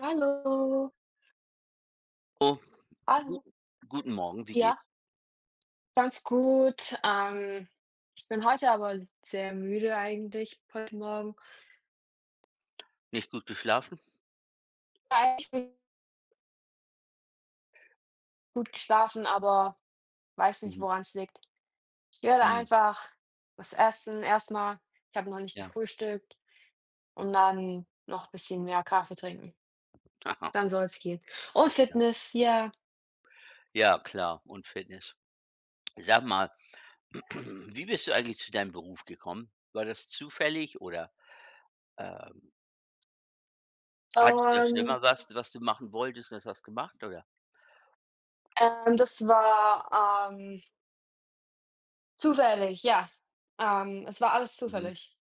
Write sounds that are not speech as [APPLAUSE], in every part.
Hallo. Oh, gut Hallo. guten Morgen, wie geht's? Ja, ganz gut. Ich bin heute aber sehr müde eigentlich heute Morgen. Nicht gut geschlafen? War eigentlich bin ich gut geschlafen, aber weiß nicht, Mhm, woran es liegt. Ich werde mhm, einfach was essen erstmal. Ich habe noch nicht ja. gefrühstückt und dann noch ein bisschen mehr Kaffee trinken. [LAUGHS] Aha, Dann soll es gehen. Und ja. Fitness, ja. Ja, klar und Fitness. Sag mal, [CLEARS THROAT] wie bist du eigentlich zu deinem Beruf gekommen? War das zufällig oder, ähm, hattest du ja schon Ähm, immer was, was du machen wolltest und das hast du gemacht, oder? Das war, zufällig, ja. Es war alles Mhm. zufällig.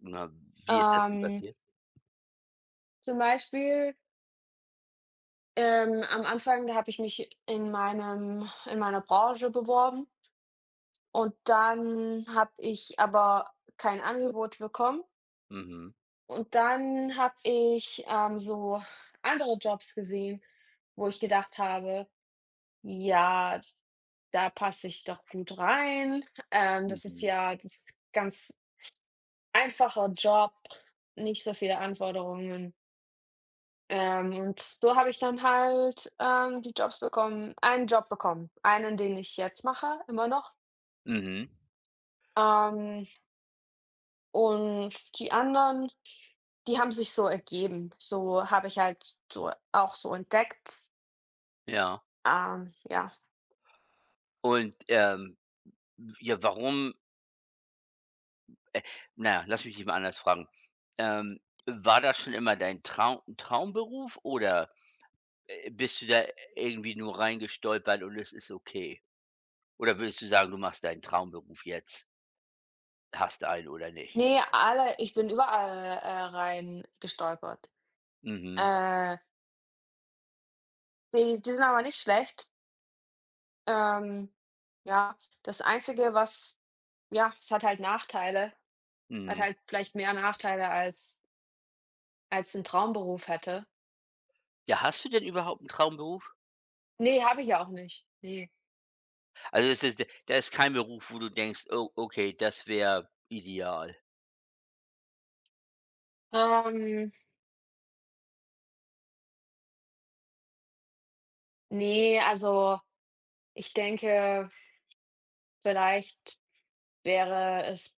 Na, wie ist das denn Ähm passiert? Zum Beispiel, am Anfang, da habe ich mich in meiner Branche beworben und dann habe ich aber kein Angebot bekommen Mhm, und dann habe ich, so andere Jobs gesehen, wo ich gedacht habe: „Ja, da passe ich doch gut rein. Das ist mhm, ja das ganz einfacher Job, nicht so viele Anforderungen.“ und so habe ich dann halt, die Job bekommen, einen, den ich jetzt mache, immer noch. mhm, Ähm, und die anderen, die haben sich so ergeben. So habe ich halt so auch so entdeckt. ja. Ja. Und, ja, warum na ja, lass mich dich mal anders fragen. Ähm, War das schon immer dein Traumberuf oder bist du da irgendwie nur reingestolpert und es ist okay? Oder würdest du sagen, du machst deinen Traumberuf jetzt? Hast du einen oder nicht? Nee, alle ich bin überall, rein gestolpert. Mhm, Äh, die sind aber nicht schlecht. Ähm, ja, das Einzige, was ja, es hat halt Nachteile, hat mhm. halt vielleicht mehr Nachteile als als 'n Traumberuf hätte? Ja, hast du denn überhaupt einen Traumberuf? Ne, habe ich ja auch nicht. Ne. Also, es ist da ist kein Beruf, wo du denkst: „Oh, okay, das wäre ideal." Ähm, ne, also, ich denke, vielleicht wäre es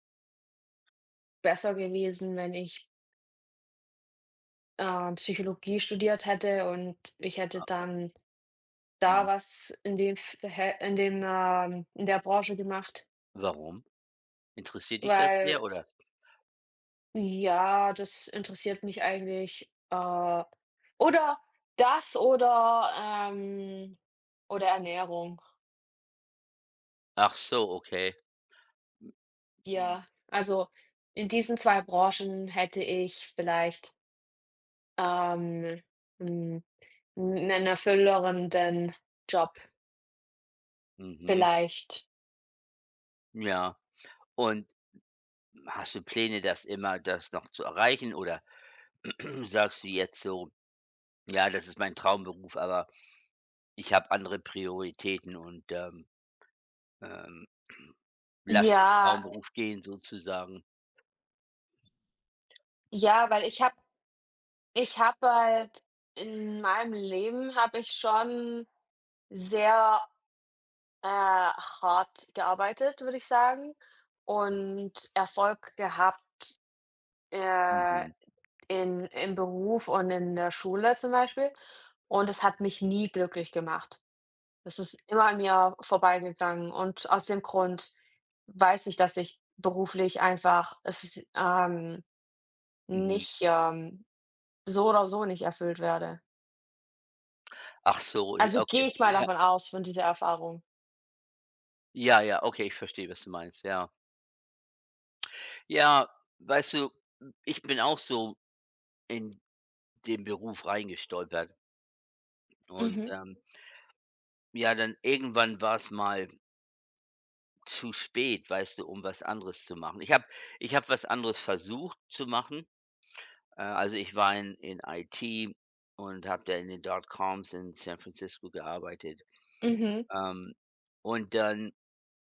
besser gewesen, wenn ich, Psychologie studiert hätte und ich hätte dann da Mhm. was in dem F hä in dem, in der Branche gemacht, Warum? Interessiert dich das sehr weil oder? ja, das interessiert mich eigentlich, oder das oder Ernährung. Ach so, okay. Mhm. Ja, also in diesen 2 Branchen hätte ich vielleicht, ähm, hm, 'nen erfüllenderen Job Mhm, vielleicht. ja. Und hast du Pläne, das noch zu erreichen oder [CLEARS THROAT] sagst du jetzt so: „Ja, das ist mein Traumberuf, aber." Ich habe andere Prioritäten und, ähm, [CLEARS THROAT] lasse den Ja, Traumberuf gehen sozusagen. ja, weil ich habe halt in meinem Leben habe ich schon sehr, hart gearbeitet, würde ich sagen, und Erfolg gehabt, äh, Mhm, in im Beruf und in der Schule zum Beispiel. Und es hat mich nie glücklich gemacht. Das ist immer an mir vorbeigegangen und aus dem Grund weiß ich, dass ich beruflich einfach es ist, mhm. nicht, so oder so nicht erfüllt werde. Ach so, i Also, gehe okay. ich mal Ja, davon aus von dieser Erfahrung. ja, ja, okay, ich verstehe, was du meinst, ja. Ja, weißt du, ich bin auch so in den Beruf reingestolpert und, Mhm, ja, dann irgendwann war es mal zu spät, weißt du, um was anderes zu machen. Ich habe was anderes versucht zu machen. Also, ich war in IT und habe da in den Dotcoms in San Francisco gearbeitet. mhm. Ähm, und dann,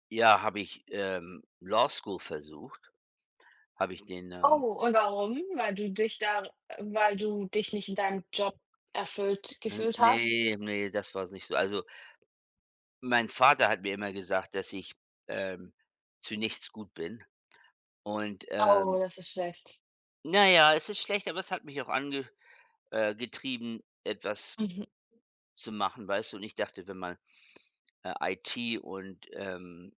ja, habe ich, Law School versucht. Habe ich den, Oh, und warum? Weil du dich da weil du dich nicht in deinem Job erfüllt hm, gefühlt hast? Ne, ne, das war's nicht so. Also, mein Vater hat mir immer gesagt, dass ich, ähm, zu nichts gut bin und, Oh, das ist schlecht. na ja, es ist schlecht, aber es hat mich auch angetrieben getrieben, etwas Mhm. zu machen, weißt du? Und ich dachte, wenn man, IT und, ähm,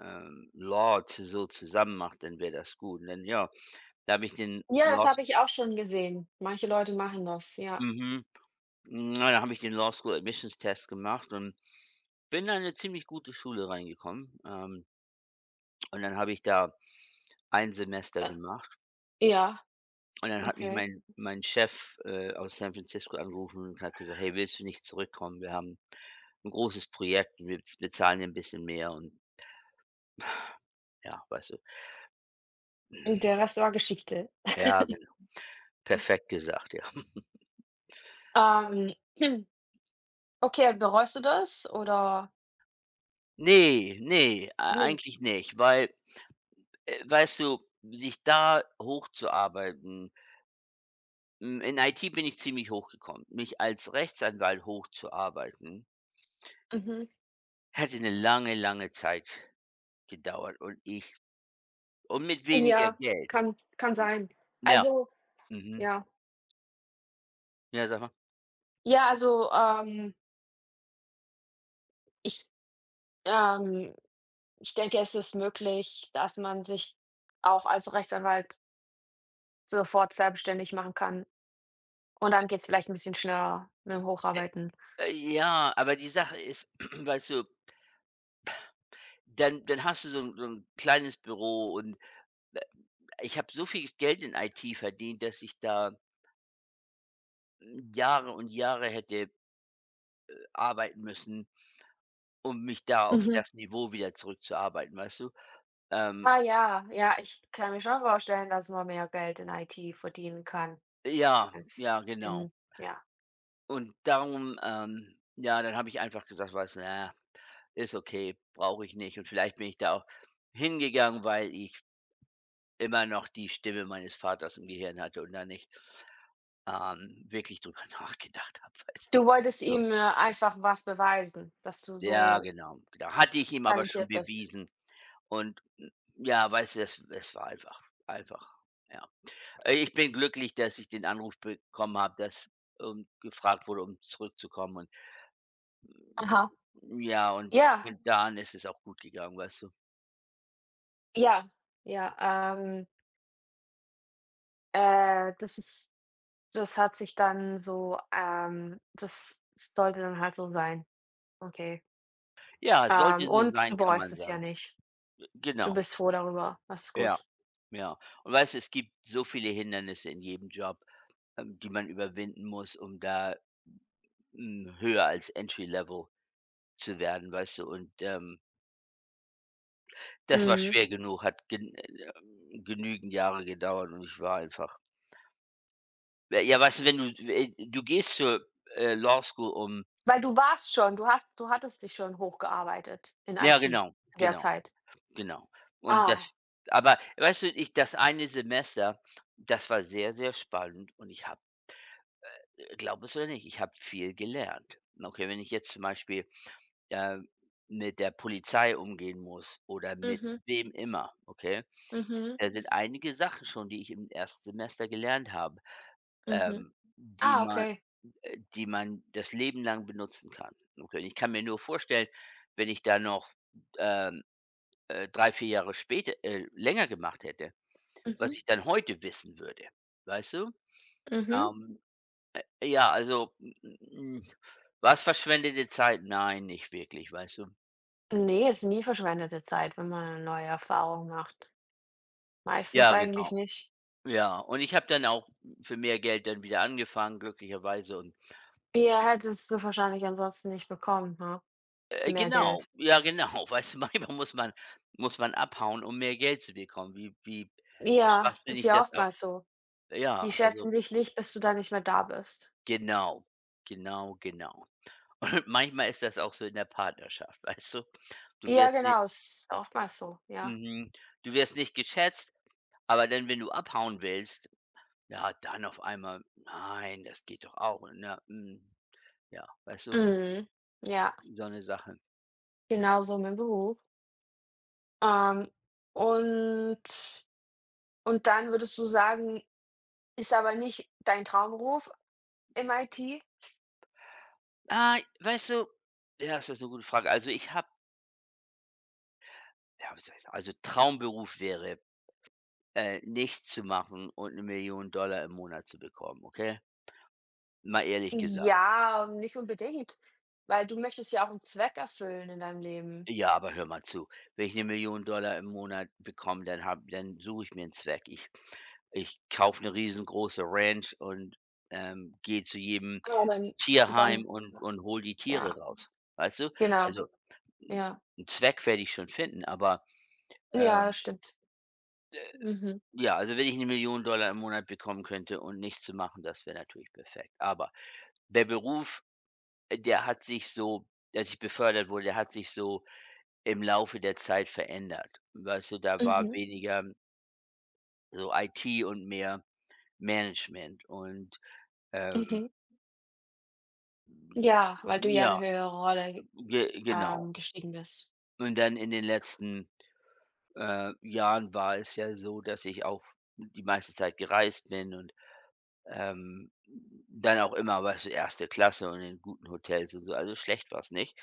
ähm, Law zu so zusammen macht, dann wäre das gut. Und dann, ja, da habe ich den Ja, das Law habe ich auch schon gesehen. Manche Leute machen das, ja. mhm, da habe ich den Law School Admissions Test gemacht und bin an eine ziemlich gute Schule reingekommen. Und dann habe ich da ein Semester Äh, gemacht ja, und dann hat mich okay. mein Chef, aus San Francisco angerufen und hat gesagt: „Hey, willst du nicht zurückkommen? Wir haben ein großes Projekt und wir z bezahlen dir 'n bisschen mehr" und ja, weißt du? Und der Rest war Geschichte. Ja, [LAUGHS] genau. Perfekt gesagt, ja. Ähm, [CLEARS THROAT] hm, okay, bereust du das oder Ne, ne, ei nee? eigentlich nicht, weil weißt du, sich da hochzuarbeiten in IT bin ich ziemlich hochgekommen. Mich als Rechtsanwalt hochzuarbeiten, Mhm. hätte eine lange, lange Zeit gedauert und mit weniger Ja, Geld. kann sein. Ja, Also mhm. ja. Ja, sag mal. Ja, also, ich ähm, ich denke, es ist möglich, dass man sich auch als Rechtsanwalt sofort selbstständig machen kann und dann geht's vielleicht ein bisschen schneller mit dem Hocharbeiten. Ja, aber die Sache ist, [CLEARS THROAT] weißt du, dann hast du so 'n kleines Büro und, äh, ich habe so viel Geld in IT verdient, dass ich da, Jahre und Jahre hätte arbeiten müssen, um mich da auf Mhm. das Niveau wieder zurückzuarbeiten, weißt du? Ähm, Ah ja, ja, ich kann mir schon vorstellen, dass man mehr Geld in IT verdienen kann ja, als ja, genau. in ja. Und darum, ja, dann habe ich einfach gesagt: „Weißt du, na, ist okay, brauche ich nicht." Und vielleicht bin ich da auch hingegangen, weil ich immer noch die Stimme meines Vaters im Gehirn hatte und da nicht, wirklich drüber [LAUGHS] nachgedacht habe, weißt du? Du wolltest So. ihm, einfach was beweisen, dass du Ja, so genau, genau. Hatte ich ihm aber schon talentiert bist. bewiesen. Und ja, weißt du, es war einfach einfach, ja. Ich bin glücklich, dass ich den Anruf bekommen habe, dass, gefragt wurde, um zurückzukommen und Aha. ja, und Ja, von da an ist es auch gut gegangen, weißt du? ja, ja, ähm, das ist das hat sich dann so, das sollte dann halt so sein. Okay. Ja, sollte so Und sein, du kann bereust man es ja sagen. nicht. Du Genau. bist froh darüber. Das ist Ja, gut. ja. Und weißt du, es gibt so viele Hindernisse in jedem Job, die man überwinden muss, um da, höher als Entry Level zu werden, weißt du? Und, das war Mhm. schwer genug, hat genügend Jahre gedauert und ich war einfach ja, weißt du, wenn du du gehst zur, Law School, um Weil du warst schon du hast du hattest dich schon hochgearbeitet in ja, IT genau, zu der genau, Zeit? genau. Und Ah, Aber weißt du, ich das eine Semester, das war sehr, sehr spannend und ich habe glaube es oder nicht, ich habe viel gelernt. Okay, wenn ich jetzt zum Beispiel, äh, mit der Polizei umgehen muss oder mit mhm, wem immer, okay? mhm, Da sind einige Sachen schon, die ich im ersten Semester gelernt habe, mhm. ähm, die Ah, man okay. Die man das Leben lang benutzen kann. Okay, und ich kann mir nur vorstellen, wenn ich da noch, ähm, 3, 4 Jahre später länger gemacht hätte, was Mhm, ich dann heute wissen würde, weißt du? mhm. Ähm, ja, also, m m m war's verschwendete Zeit? Nein, nicht wirklich, weißt du? Ne, ist nie verschwendete Zeit, wenn man eine neue Erfahrung macht. Meistens Ja, eigentlich genau. nicht. Ja, und ich habe dann auch für mehr Geld dann wieder angefangen, glücklicherweise und Ja, hättest du wahrscheinlich ansonsten nicht bekommen, ne? Mehr genau, Geld. ja genau, [LAUGHS] weißt du, manchmal muss man abhauen, um mehr Geld zu bekommen. Wie Ja, ist schwachsinnig ja das auch oftmals so. ja, Die also schätzen dich nicht, bis du da nicht mehr da bist. genau, genau, genau. [LAUGHS] Und manchmal ist das auch so in der Partnerschaft, weißt du? Du Ja, wirst genau, ist oftmals so, ja. Mhm. Du wirst nicht geschätzt, aber dann, wenn du abhauen willst, ja, dann auf einmal: „Nein, das geht doch auch", ne? Ja, weißt du, Mhm. Ja, so eine Sache. genauso mit Beruf. Ähm, und und dann würdest du sagen, ist aber nicht dein Traumberuf im IT? Ah, weißt du, ja, ist das 'ne gute Frage. Also, ich habe ja, wie soll ich sagen also, Traumberuf wäre, nichts zu machen und 1 Million Dollar im Monat zu bekommen, okay? Mal ehrlich gesagt. Ja, nicht unbedingt, weil du möchtest ja auch 'n Zweck erfüllen in deinem Leben. Ja, aber hör mal zu. Wenn ich 1 Million Dollar im Monat bekomme, dann suche ich mir einen Zweck. Ich kaufe eine riesengroße Ranch und, gehe zu jedem Aber dann Tierheim dann und hole die Tiere ja, raus, weißt du? genau, Also 'n ja. 'n Zweck werde ich schon finden, aber, Ja, ähm, das stimmt. Mhm, ja, also wenn ich 1 Million Dollar im Monat bekommen könnte und nichts zu machen, das wäre natürlich perfekt. Aber der Beruf, der hat sich so als ich befördert wurde, der hat sich so im Laufe der Zeit verändert. Weißt du, da war mhm, weniger so IT und mehr Management und, ähm, mhm. Ja, weil du ja 'ne ja, höhere Rolle, ge genau. Gestiegen bist. Und dann in den letzten, Jahren war es ja so, dass ich auch die meiste Zeit gereist bin und, ähm, dann auch immer, weißt du, 1. Klasse und in guten Hotels und so, also schlecht war's nicht.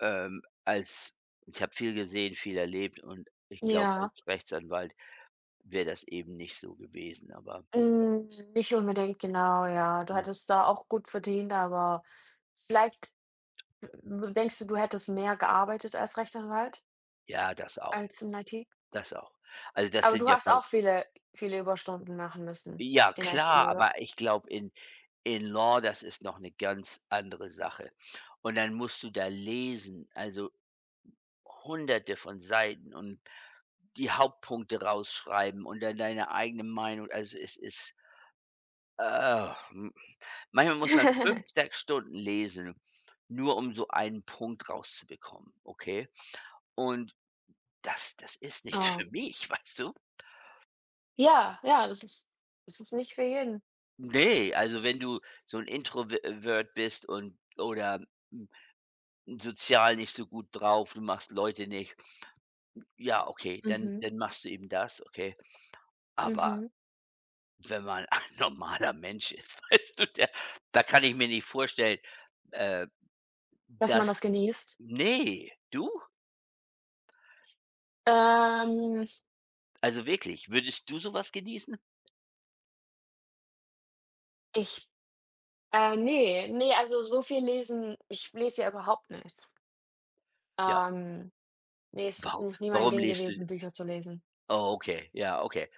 Als Ich habe viel gesehen, viel erlebt und ich glaube, als Ja, Rechtsanwalt wäre das eben nicht so gewesen, aber hm, nicht unbedingt, genau, ja. Du ja. hättest da auch gut verdient, aber vielleicht w denkst du, du hättest mehr gearbeitet als Rechtsanwalt, Ja, das auch, als in IT? das auch. Also, das Aber sind du ja hast ver auch viele Überstunden machen müssen Ja, in IT, klar, oder? aber ich glaube, in Law, das ist noch eine ganz andere Sache. Und dann musst du da lesen, also Hunderte von Seiten und die Hauptpunkte rausschreiben und dann deine eigene Meinung. Also, es ist ah, hm, manchmal muss man 5 [LAUGHS] 6 Stunden lesen, nur um so einen Punkt rauszubekommen, okay? Und das ist nichts Ah. für mich, weißt du? Ja, ja, das ist nicht für jeden. Nee, also wenn du so ein Introvert bist oder sozial nicht so gut drauf, du machst Leute nicht. Ja, okay, dann Mhm, dann machst du eben das, okay. Aber mhm. wenn man [LAUGHS] ein normaler Mensch ist, [LAUGHS] weißt du, der da kann ich mir nicht vorstellen, äh, Dass man dass das genießt. nee du? Ähm, Also wirklich, würdest du sowas genießen? ich ne, ne, also so viel lesen ich lese ja überhaupt nichts. Ja, Ähm, ne, es ist wau nicht nie mein warum Ding lebst du gewesen, Bücher zu lesen. oh, okay, ja, okay.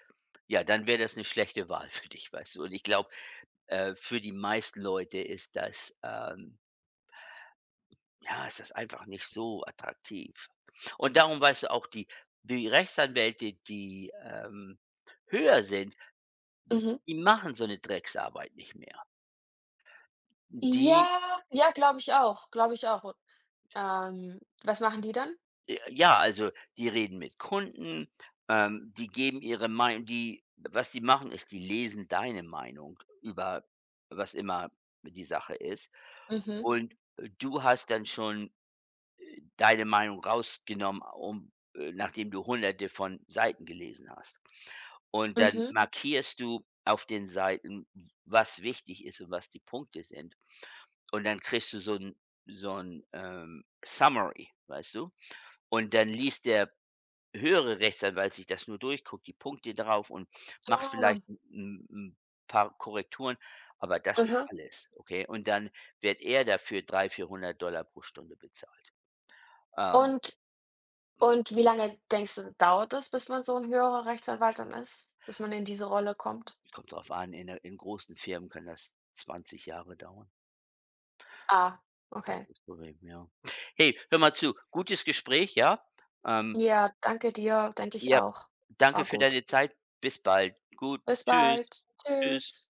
Ja, dann wäre das eine schlechte Wahl für dich, weißt du? Und ich glaube, für die meisten Leute ist das, ja, es ist einfach nicht so attraktiv. Und darum weißt du auch, die Rechtsanwälte, die, höher sind, Mhm. die machen so eine Drecksarbeit nicht mehr. Die Ja, ja, glaube ich auch, glaube ich auch. Was machen die dann? Ja, also, die reden mit Kunden, die geben ihre Meinung die was die machen, ist, die lesen deine Meinung über was immer die Sache ist Mhm. und du hast dann schon deine Meinung rausgenommen, um nachdem du Hunderte von Seiten gelesen hast. Und dann Mhm. markierst du auf den Seiten, was wichtig ist und was die Punkte sind. Und dann kriegst du so ein Summary, weißt du? Und dann liest der höhere Rechtsanwalt sich das nur durch, guckt die Punkte drauf und macht Ah, vielleicht ein 'n 'n paar Korrekturen, aber das ist mhm. alles, okay? Und dann wird er dafür 300 Dollar pro Stunde bezahlt. Ähm Und Und wie lange denkst du, dauert es, bis man so ein höherer Rechtsanwalt dann ist, bis man in diese Rolle kommt? Kommt drauf an, in der in großen Firmen kann das 20 Jahre dauern. Ah, Das ist okay. das Problem, ja. Hey, hör mal zu, gutes Gespräch, ja? Ähm, Ja, danke dir, denke ich ja, auch. danke War für gut. deine Zeit. Bis bald. Gut. Bis Tschüss. bald. Tschüss. Tschüss.